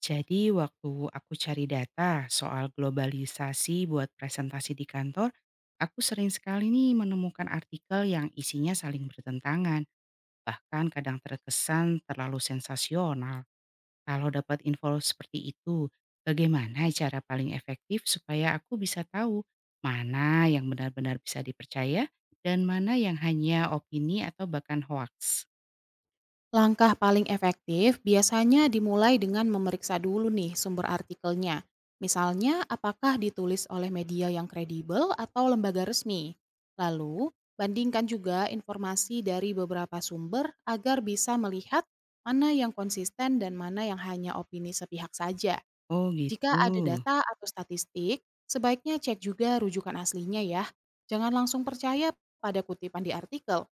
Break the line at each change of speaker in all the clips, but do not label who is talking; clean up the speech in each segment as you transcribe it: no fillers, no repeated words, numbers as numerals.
Jadi waktu aku cari data soal globalisasi buat presentasi di kantor, aku sering sekali nih menemukan artikel yang isinya saling bertentangan, bahkan kadang terkesan terlalu sensasional. Kalau dapat info seperti itu, bagaimana cara paling efektif supaya aku bisa tahu mana yang benar-benar bisa dipercaya dan mana yang hanya opini atau bahkan hoaks?
Langkah paling efektif biasanya dimulai dengan memeriksa dulu nih sumber artikelnya. Misalnya, apakah ditulis oleh media yang kredibel atau lembaga resmi. Lalu, bandingkan juga informasi dari beberapa sumber agar bisa melihat mana yang konsisten dan mana yang hanya opini sepihak saja.
Oh
Jika ada
gitu.
data atau statistik, sebaiknya cek juga rujukan aslinya ya. Jangan langsung percaya pada kutipan di artikel.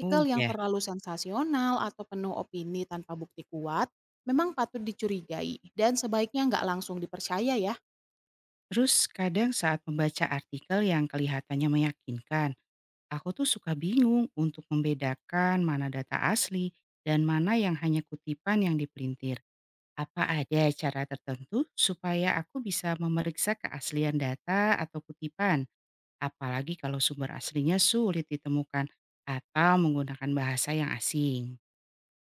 Oh
yang
ya.
terlalu sensasional atau penuh opini tanpa bukti kuat memang patut dicurigai dan sebaiknya nggak langsung dipercaya ya.
Terus kadang saat membaca artikel yang kelihatannya meyakinkan, aku tuh suka bingung untuk membedakan mana data asli dan mana yang hanya kutipan yang dipelintir. Apa ada cara tertentu supaya aku bisa memeriksa keaslian data atau kutipan, apalagi kalau sumber aslinya sulit ditemukan atau menggunakan bahasa yang asing?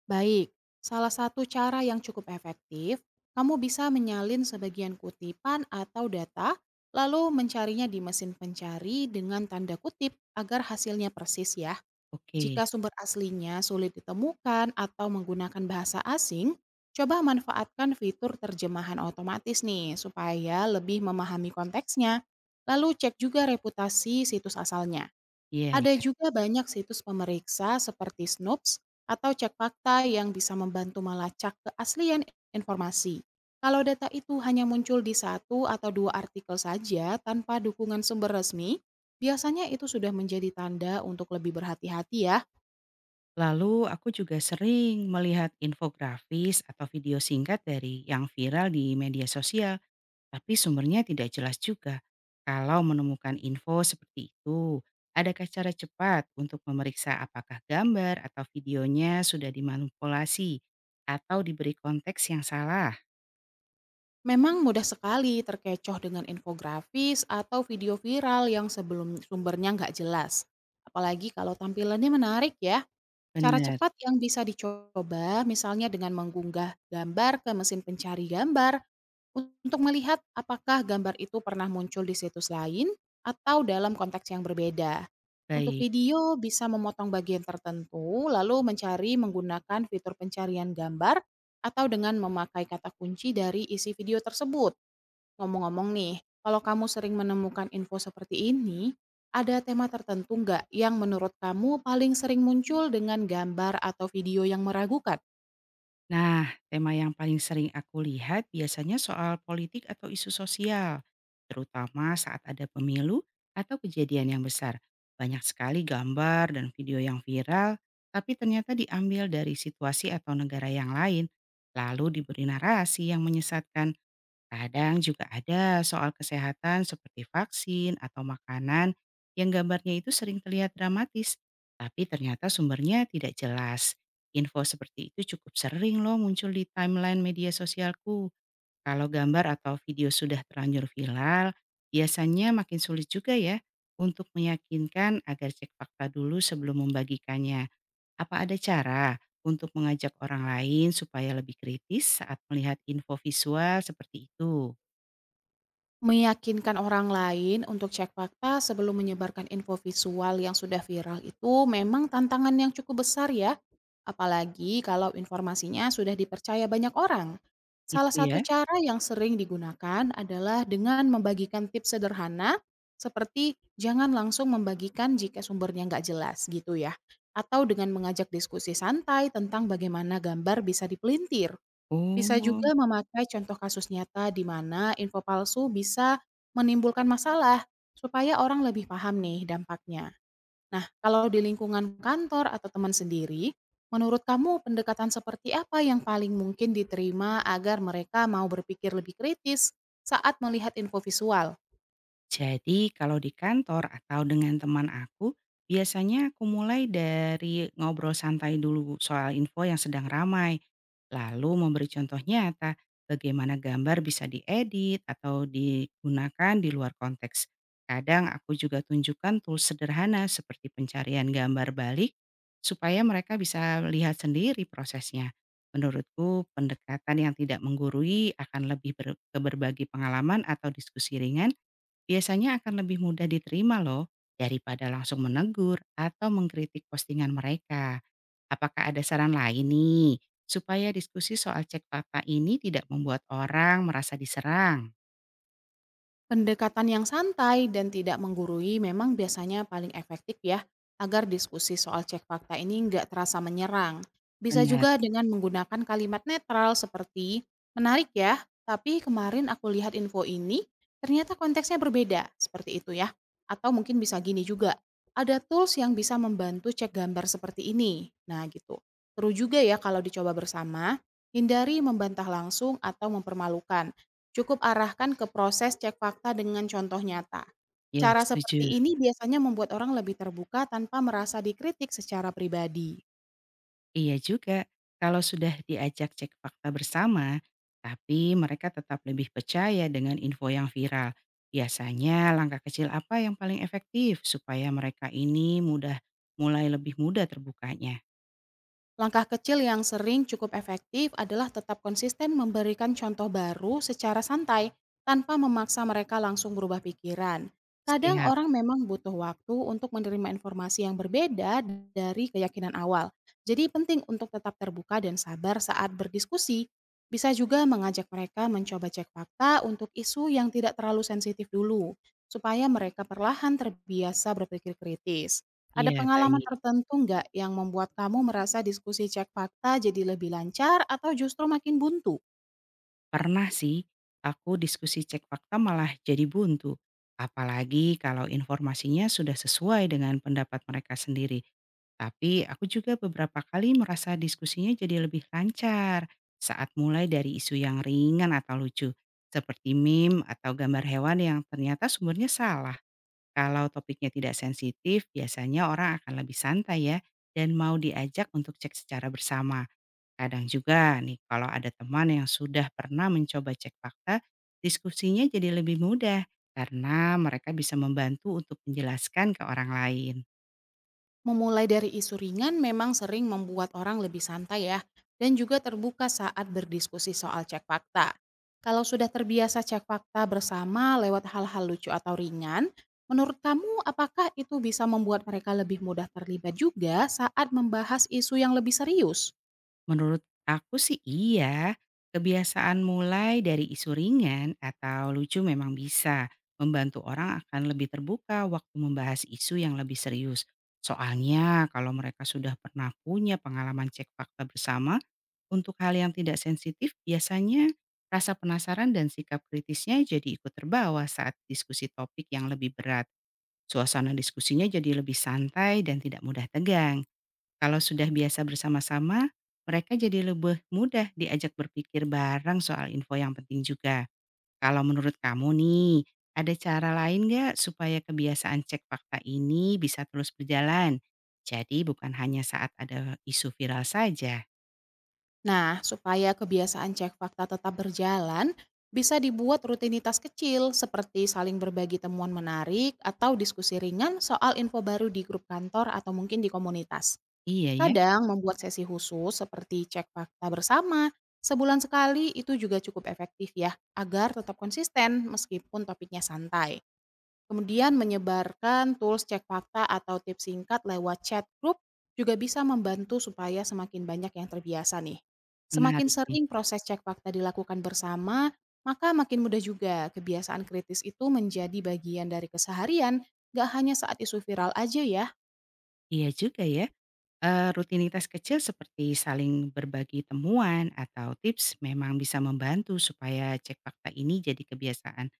Baik, salah satu cara yang cukup efektif, kamu bisa menyalin sebagian kutipan atau data lalu mencarinya di mesin pencari dengan tanda kutip agar hasilnya persis ya.
Oke,
Jika sumber aslinya sulit ditemukan atau menggunakan bahasa asing, coba manfaatkan fitur terjemahan otomatis nih supaya lebih memahami konteksnya. Lalu cek juga reputasi situs asalnya.
iya
Ada
ya.
juga banyak situs pemeriksa seperti Snopes atau cek fakta yang bisa membantu melacak keaslian informasi. Kalau data itu hanya muncul di satu atau dua artikel saja tanpa dukungan sumber resmi, biasanya itu sudah menjadi tanda untuk lebih berhati-hati ya.
Lalu aku juga sering melihat infografis atau video singkat dari yang viral di media sosial, tapi sumbernya tidak jelas juga. Kalau menemukan info seperti itu, adakah cara cepat untuk memeriksa apakah gambar atau videonya sudah dimanipulasi atau diberi konteks yang salah?
Memang mudah sekali terkecoh dengan infografis atau video viral yang sebelum sumbernya nggak jelas. Apalagi kalau tampilannya menarik ya. Cara
Benar,
cepat yang bisa dicoba misalnya dengan mengunggah gambar ke mesin pencari gambar untuk melihat apakah gambar itu pernah muncul di situs lain atau dalam konteks yang berbeda. Untuk
baik.
video bisa memotong bagian tertentu lalu mencari menggunakan fitur pencarian gambar atau dengan memakai kata kunci dari isi video tersebut. Ngomong-ngomong nih, kalau kamu sering menemukan info seperti ini, ada tema tertentu nggak yang menurut kamu paling sering muncul dengan gambar atau video yang meragukan?
Nah, tema yang paling sering aku lihat biasanya soal politik atau isu sosial, terutama saat ada pemilu atau kejadian yang besar. Banyak sekali gambar dan video yang viral, tapi ternyata diambil dari situasi atau negara yang lain, lalu diberi narasi yang menyesatkan. Kadang juga ada soal kesehatan seperti vaksin atau makanan yang gambarnya itu sering terlihat dramatis, tapi ternyata sumbernya tidak jelas. Info seperti itu cukup sering loh muncul di timeline media sosialku. Kalau gambar atau video sudah terlanjur viral, biasanya makin sulit juga ya untuk meyakinkan agar cek fakta dulu sebelum membagikannya. Apa ada cara untuk mengajak orang lain supaya lebih kritis saat melihat info visual seperti itu?
Meyakinkan orang lain untuk cek fakta sebelum menyebarkan info visual yang sudah viral itu memang tantangan yang cukup besar ya. Apalagi kalau informasinya sudah dipercaya banyak orang. Salah
Itu
satu
ya?
cara yang sering digunakan adalah dengan membagikan tips sederhana seperti jangan langsung membagikan jika sumbernya nggak jelas gitu ya. Atau dengan mengajak diskusi santai tentang bagaimana gambar bisa dipelintir. Bisa juga
Oh.
memakai contoh kasus nyata di mana info palsu bisa menimbulkan masalah, supaya orang lebih paham nih dampaknya. Nah, kalau di lingkungan kantor atau teman sendiri, menurut kamu pendekatan seperti apa yang paling mungkin diterima agar mereka mau berpikir lebih kritis saat melihat info visual?
Jadi kalau di kantor atau dengan teman aku, biasanya aku mulai dari ngobrol santai dulu soal info yang sedang ramai. Lalu memberi contoh nyata bagaimana gambar bisa diedit atau digunakan di luar konteks. Kadang aku juga tunjukkan tools sederhana seperti pencarian gambar balik supaya mereka bisa lihat sendiri prosesnya. Menurutku pendekatan yang tidak menggurui akan lebih ke berbagi pengalaman atau diskusi ringan. Biasanya akan lebih mudah diterima loh daripada langsung menegur atau mengkritik postingan mereka. Apakah ada saran lain nih supaya diskusi soal cek fakta ini tidak membuat orang merasa diserang?
Pendekatan yang santai dan tidak menggurui memang biasanya paling efektif ya, agar diskusi soal cek fakta ini nggak terasa menyerang. Bisa
Benar,
juga dengan menggunakan kalimat netral seperti, menarik ya, tapi kemarin aku lihat info ini, ternyata konteksnya berbeda, seperti itu ya. Atau mungkin bisa gini juga, ada tools yang bisa membantu cek gambar seperti ini. Nah gitu. Seru juga ya kalau dicoba bersama, hindari membantah langsung atau mempermalukan. Cukup arahkan ke proses cek fakta dengan contoh nyata.
ya,
Cara seperti
setuju.
ini biasanya membuat orang lebih terbuka tanpa merasa dikritik secara pribadi.
Iya juga, kalau sudah diajak cek fakta bersama, tapi mereka tetap lebih percaya dengan info yang viral. Biasanya langkah kecil apa yang paling efektif supaya mereka ini mudah mulai lebih mudah terbukanya?
Langkah kecil yang sering cukup efektif adalah tetap konsisten memberikan contoh baru secara santai tanpa memaksa mereka langsung berubah pikiran. Kadang
Siap.
orang memang butuh waktu untuk menerima informasi yang berbeda dari keyakinan awal. Jadi penting untuk tetap terbuka dan sabar saat berdiskusi. Bisa juga mengajak mereka mencoba cek fakta untuk isu yang tidak terlalu sensitif dulu, supaya mereka perlahan terbiasa berpikir kritis. Ada
Iya,
pengalaman
baik.
tertentu nggak yang membuat kamu merasa diskusi cek fakta jadi lebih lancar atau justru makin buntu?
Pernah sih, aku diskusi cek fakta malah jadi buntu. Apalagi kalau informasinya sudah sesuai dengan pendapat mereka sendiri. Tapi aku juga beberapa kali merasa diskusinya jadi lebih lancar saat mulai dari isu yang ringan atau lucu, seperti meme atau gambar hewan yang ternyata sumbernya salah. Kalau topiknya tidak sensitif, biasanya orang akan lebih santai ya dan mau diajak untuk cek secara bersama. Kadang juga nih kalau ada teman yang sudah pernah mencoba cek fakta, diskusinya jadi lebih mudah karena mereka bisa membantu untuk menjelaskan ke orang lain.
Memulai dari isu ringan memang sering membuat orang lebih santai ya, dan juga terbuka saat berdiskusi soal cek fakta. Kalau sudah terbiasa cek fakta bersama lewat hal-hal lucu atau ringan, menurut kamu apakah itu bisa membuat mereka lebih mudah terlibat juga saat membahas isu yang lebih serius?
Menurut aku sih iya, kebiasaan mulai dari isu ringan atau lucu memang bisa membantu orang akan lebih terbuka waktu membahas isu yang lebih serius. Soalnya kalau mereka sudah pernah punya pengalaman cek fakta bersama, untuk hal yang tidak sensitif biasanya rasa penasaran dan sikap kritisnya jadi ikut terbawa saat diskusi topik yang lebih berat. Suasana diskusinya jadi lebih santai dan tidak mudah tegang. Kalau sudah biasa bersama-sama, mereka jadi lebih mudah diajak berpikir bareng soal info yang penting juga. Kalau menurut kamu nih, ada cara lain nggak supaya kebiasaan cek fakta ini bisa terus berjalan? Jadi bukan hanya saat ada isu viral saja.
Nah, supaya kebiasaan cek fakta tetap berjalan, bisa dibuat rutinitas kecil seperti saling berbagi temuan menarik atau diskusi ringan soal info baru di grup kantor atau mungkin di komunitas.
Iya ya,
Kadang membuat sesi khusus seperti cek fakta bersama, sebulan sekali itu juga cukup efektif ya, agar tetap konsisten meskipun topiknya santai. Kemudian menyebarkan tools cek fakta atau tips singkat lewat chat group juga bisa membantu supaya semakin banyak yang terbiasa nih. Semakin
menarik nih.
sering proses cek fakta dilakukan bersama, maka makin mudah juga kebiasaan kritis itu menjadi bagian dari keseharian, gak hanya saat isu viral aja ya.
Iya juga ya. Eh, rutinitas kecil seperti saling berbagi temuan atau tips memang bisa membantu supaya cek fakta ini jadi kebiasaan.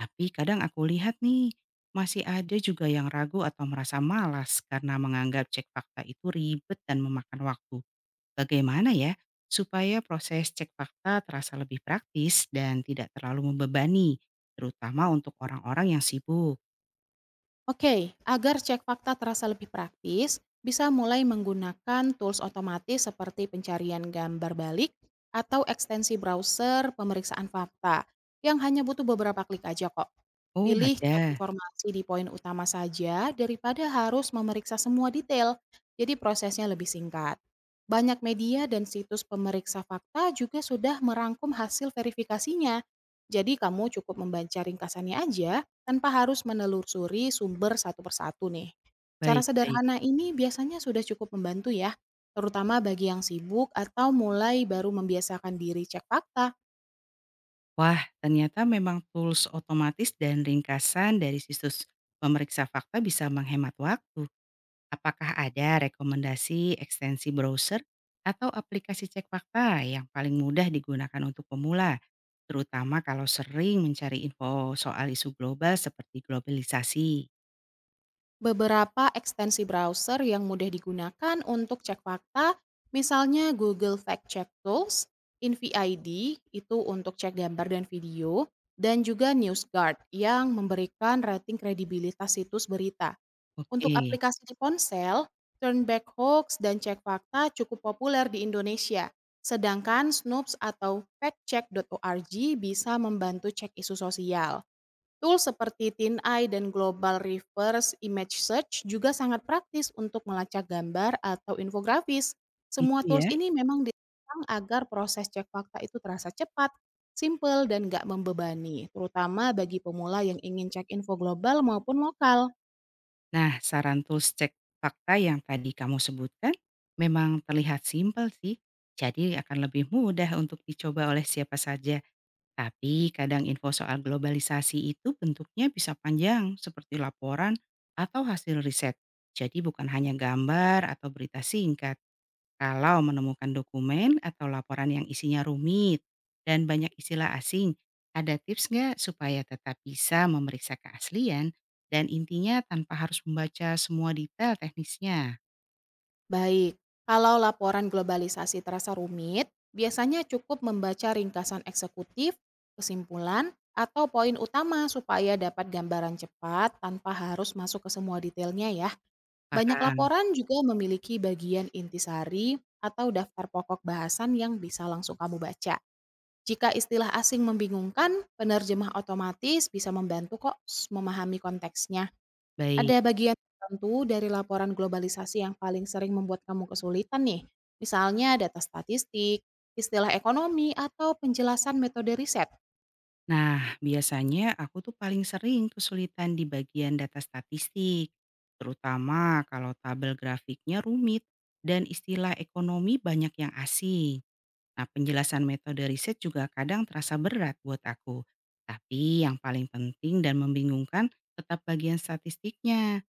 Tapi kadang aku lihat nih, masih ada juga yang ragu atau merasa malas karena menganggap cek fakta itu ribet dan memakan waktu. Bagaimana ya supaya proses cek fakta terasa lebih praktis dan tidak terlalu membebani, terutama untuk orang-orang yang sibuk?
Oke, agar cek fakta terasa lebih praktis, bisa mulai menggunakan tools otomatis seperti pencarian gambar balik atau ekstensi browser pemeriksaan fakta yang hanya butuh beberapa klik aja kok.
Oh
Pilih cek
ada,
informasi di poin utama saja daripada harus memeriksa semua detail, jadi prosesnya lebih singkat. Banyak media dan situs pemeriksa fakta juga sudah merangkum hasil verifikasinya, jadi kamu cukup membaca ringkasannya aja tanpa harus menelusuri sumber satu persatu nih. Cara
baik-baik.
sederhana ini biasanya sudah cukup membantu ya, terutama bagi yang sibuk atau mulai baru membiasakan diri cek fakta.
Wah, ternyata memang tools otomatis dan ringkasan dari situs pemeriksa fakta bisa menghemat waktu. Apakah ada rekomendasi ekstensi browser atau aplikasi cek fakta yang paling mudah digunakan untuk pemula, terutama kalau sering mencari info soal isu global seperti globalisasi?
Beberapa ekstensi browser yang mudah digunakan untuk cek fakta, misalnya Google Fact Check Tools, InVID itu untuk cek gambar dan video, dan juga NewsGuard yang memberikan rating kredibilitas situs berita. Untuk
Oke,
aplikasi di ponsel, Turnback Hoax dan Cek Fakta cukup populer di Indonesia. Sedangkan Snopes atau factcheck.org bisa membantu cek isu sosial. Tool seperti TinEye dan Global Reverse Image Search juga sangat praktis untuk melacak gambar atau infografis. Semua
itu
tools
ya.
ini memang dirancang agar proses cek fakta itu terasa cepat, simple, dan nggak membebani, terutama bagi pemula yang ingin cek info global maupun lokal.
Nah, saran tools cek fakta yang tadi kamu sebutkan memang terlihat simpel sih, jadi akan lebih mudah untuk dicoba oleh siapa saja. Tapi kadang info soal globalisasi itu bentuknya bisa panjang seperti laporan atau hasil riset. Jadi bukan hanya gambar atau berita singkat. Kalau menemukan dokumen atau laporan yang isinya rumit dan banyak istilah asing, ada tips nggak supaya tetap bisa memeriksa keaslian dan intinya tanpa harus membaca semua detail teknisnya?
Baik, kalau laporan globalisasi terasa rumit, biasanya cukup membaca ringkasan eksekutif, kesimpulan, atau poin utama supaya dapat gambaran cepat tanpa harus masuk ke semua detailnya ya. Banyak
Paham.
laporan juga memiliki bagian intisari atau daftar pokok bahasan yang bisa langsung kamu baca. Jika istilah asing membingungkan, penerjemah otomatis bisa membantu kok memahami konteksnya. Ada
Baik.
bagian tertentu dari laporan globalisasi yang paling sering membuat kamu kesulitan nih? Misalnya data statistik, istilah ekonomi, atau penjelasan metode riset.
Nah, biasanya aku tuh paling sering kesulitan di bagian data statistik, terutama kalau tabel grafiknya rumit dan istilah ekonomi banyak yang asing. Nah, penjelasan metode riset juga kadang terasa berat buat aku. Tapi yang paling penting dan membingungkan tetap bagian statistiknya.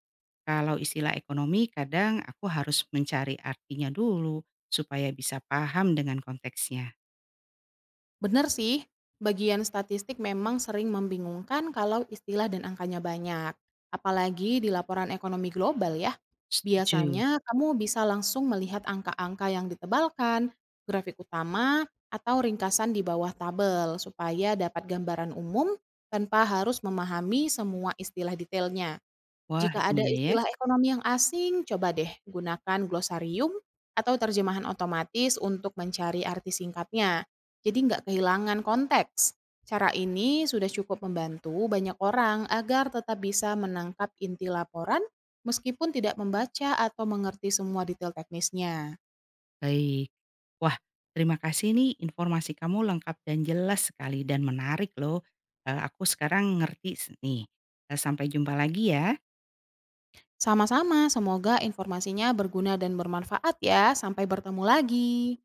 Kalau istilah ekonomi kadang aku harus mencari artinya dulu supaya bisa paham dengan konteksnya.
Benar sih, bagian statistik memang sering membingungkan kalau istilah dan angkanya banyak. Apalagi di laporan ekonomi global ya.
Setuju.
Biasanya, kamu bisa langsung melihat angka-angka yang ditebalkan, grafik utama, atau ringkasan di bawah tabel supaya dapat gambaran umum tanpa harus memahami semua istilah detailnya.
Wah,
Jika ada
iya ya.
istilah ekonomi yang asing, coba deh gunakan glosarium atau terjemahan otomatis untuk mencari arti singkatnya. Jadi nggak kehilangan konteks. Cara ini sudah cukup membantu banyak orang agar tetap bisa menangkap inti laporan meskipun tidak membaca atau mengerti semua detail teknisnya.
Baik. Wah, terima kasih nih, informasi kamu lengkap dan jelas sekali dan menarik loh. Aku sekarang ngerti nih. Sampai jumpa lagi ya.
Sama-sama, semoga informasinya berguna dan bermanfaat ya. Sampai bertemu lagi.